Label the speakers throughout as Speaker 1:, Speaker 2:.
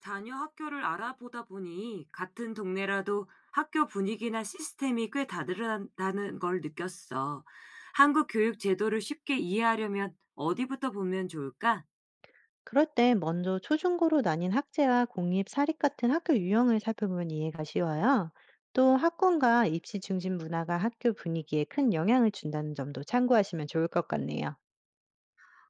Speaker 1: 자녀 학교를 알아보다 보니 같은 동네라도 학교 분위기나 시스템이 꽤 다르다는 걸 느꼈어. 한국 교육 제도를 쉽게 이해하려면 어디부터 보면 좋을까?
Speaker 2: 그럴 때 먼저 초중고로 나뉜 학제와 공립, 사립 같은 학교 유형을 살펴보면 이해가 쉬워요. 또 학군과 입시 중심 문화가 학교 분위기에 큰 영향을 준다는 점도 참고하시면 좋을 것 같네요.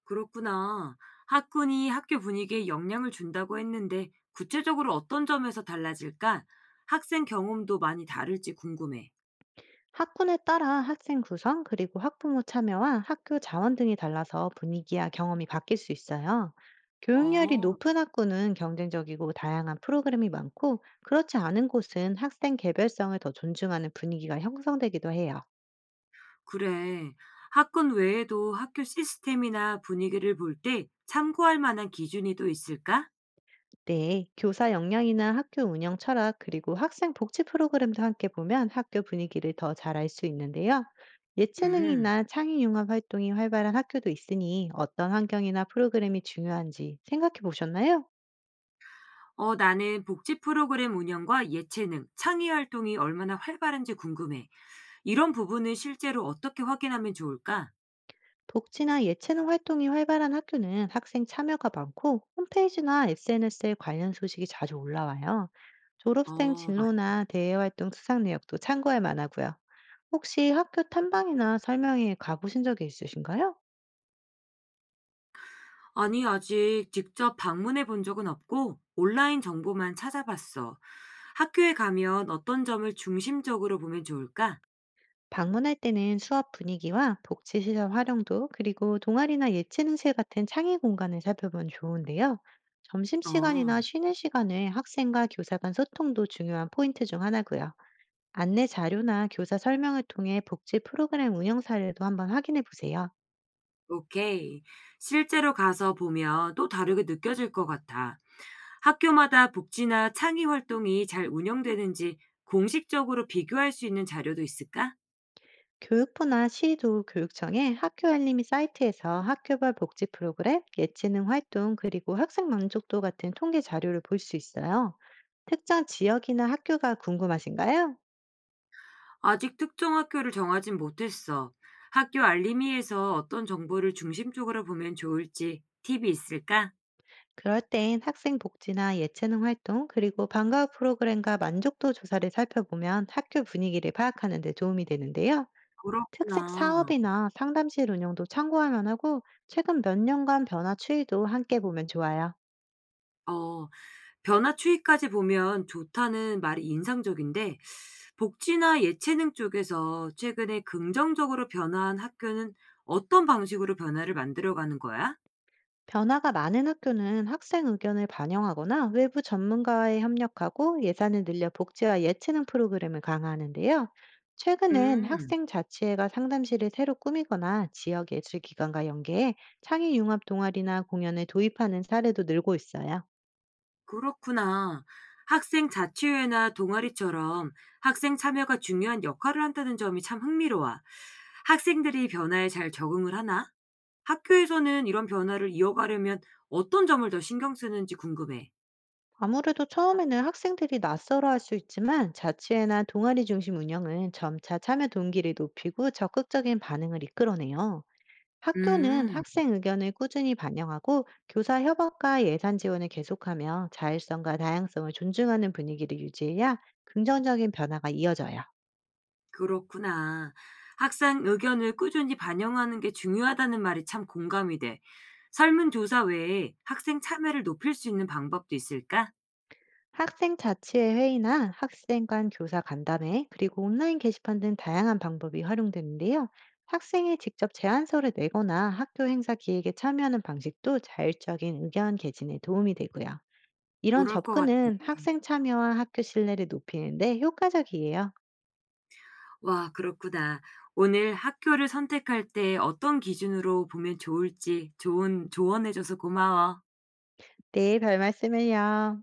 Speaker 1: 그렇구나. 학군이 학교 분위기에 영향을 준다고 했는데 구체적으로 어떤 점에서 달라질까? 학생 경험도 많이 다를지 궁금해.
Speaker 2: 학군에 따라 학생 구성, 그리고 학부모 참여와 학교 자원 등이 달라서 분위기와 경험이 바뀔 수 있어요. 교육열이
Speaker 1: 어,
Speaker 2: 높은 학군은 경쟁적이고 다양한 프로그램이 많고, 그렇지 않은 곳은 학생 개별성을 더 존중하는 분위기가 형성되기도 해요.
Speaker 1: 그래. 학군 외에도 학교 시스템이나 분위기를 볼 때 참고할 만한 기준이 또 있을까?
Speaker 2: 네, 교사 역량이나 학교 운영 철학, 그리고 학생 복지 프로그램도 함께 보면 학교 분위기를 더 잘 알 수 있는데요.
Speaker 1: 음.
Speaker 2: 예체능이나 창의 융합 활동이 활발한 학교도 있으니 어떤 환경이나 프로그램이 중요한지 생각해 보셨나요?
Speaker 1: 나는 복지 프로그램 운영과 예체능, 창의 활동이 얼마나 활발한지 궁금해. 이런 부분은 실제로 어떻게 확인하면 좋을까?
Speaker 2: 복지나 예체능 활동이 활발한 학교는 학생 참여가 많고 홈페이지나 SNS에 관련 소식이 자주 올라와요. 졸업생
Speaker 1: 어, 맞
Speaker 2: 진로나 대외 활동 수상 내역도 참고할 만하고요. 혹시 학교 탐방이나 설명회에 가보신 적이 있으신가요?
Speaker 1: 아니, 아직 직접 방문해 본 적은 없고, 온라인 정보만 찾아봤어. 학교에 가면 어떤 점을 중심적으로 보면 좋을까?
Speaker 2: 방문할 때는 수업 분위기와 복지시설 활용도, 그리고 동아리나 예체능실 같은 창의 공간을 살펴보면 좋은데요. 점심시간이나
Speaker 1: 어.
Speaker 2: 쉬는 시간에 학생과 교사 간 소통도 중요한 포인트 중 하나고요. 안내 자료나 교사 설명을 통해 복지 프로그램 운영 사례도 한번 확인해 보세요.
Speaker 1: 오케이. 실제로 가서 보면 또 다르게 느껴질 것 같아. 학교마다 복지나 창의 활동이 잘 운영되는지 공식적으로 비교할 수 있는 자료도 있을까?
Speaker 2: 교육부나 시도 교육청의 학교 알림이 사이트에서 학교별 복지 프로그램, 예체능 활동, 그리고 학생 만족도 같은 통계 자료를 볼 수 있어요. 특정 지역이나 학교가 궁금하신가요?
Speaker 1: 아직 특정 학교를 정하진 못했어. 학교 알림이에서 어떤 정보를 중심적으로 보면 좋을지 팁이 있을까?
Speaker 2: 그럴 땐 학생 복지나 예체능 활동, 그리고 방과후 프로그램과 만족도 조사를 살펴보면 학교 분위기를 파악하는 데 도움이 되는데요. 특색
Speaker 1: 그렇구나.
Speaker 2: 사업이나 상담실 운영도 참고할 만하고 최근 몇 년간 변화 추이도 함께 보면 좋아요.
Speaker 1: 어, 변화 추이까지 보면 좋다는 말이 인상적인데 복지나 예체능 쪽에서 최근에 긍정적으로 변화한 학교는 어떤 방식으로 변화를 만들어가는 거야?
Speaker 2: 변화가 많은 학교는 학생 의견을 반영하거나 외부 전문가에 협력하고 예산을 늘려 복지와 예체능 프로그램을 강화하는데요. 최근엔
Speaker 1: 음,
Speaker 2: 학생 자치회가 상담실을 새로 꾸미거나 지역 예술기관과 연계해 창의 융합 동아리나 공연을 도입하는 사례도 늘고 있어요.
Speaker 1: 그렇구나. 학생 자치회나 동아리처럼 학생 참여가 중요한 역할을 한다는 점이 참 흥미로워. 학생들이 이 변화에 잘 적응을 하나? 학교에서는 이런 변화를 이어가려면 어떤 점을 더 신경 쓰는지 궁금해.
Speaker 2: 아무래도 처음에는 학생들이 낯설어할 수 있지만 자치회나 동아리 중심 운영은 점차 참여 동기를 높이고 적극적인 반응을 이끌어내요. 학교는
Speaker 1: 음.
Speaker 2: 학생 의견을 꾸준히 반영하고 교사 협업과 예산 지원을 계속하며 자율성과 다양성을 존중하는 분위기를 유지해야 긍정적인 변화가 이어져요.
Speaker 1: 그렇구나. 학생 의견을 꾸준히 반영하는 게 중요하다는 말이 참 공감이 돼. 설문조사 외에 학생 참여를 높일 수 있는 방법도 있을까?
Speaker 2: 학생 자치의 회의나 학생 간 교사 간담회, 그리고 온라인 게시판 등 다양한 방법이 활용되는데요. 학생이 직접 제안서를 내거나 학교 행사 기획에 참여하는 방식도 자율적인 의견 개진에 도움이 되고요. 이런
Speaker 1: 그럴 것 같아.
Speaker 2: 접근은 학생 참여와 학교 신뢰를 높이는데 효과적이에요.
Speaker 1: 와, 그렇구나. 오늘 학교를 선택할 때 어떤 기준으로 보면 좋을지 좋은 조언해줘서 고마워.
Speaker 2: 네, 별 말씀을요.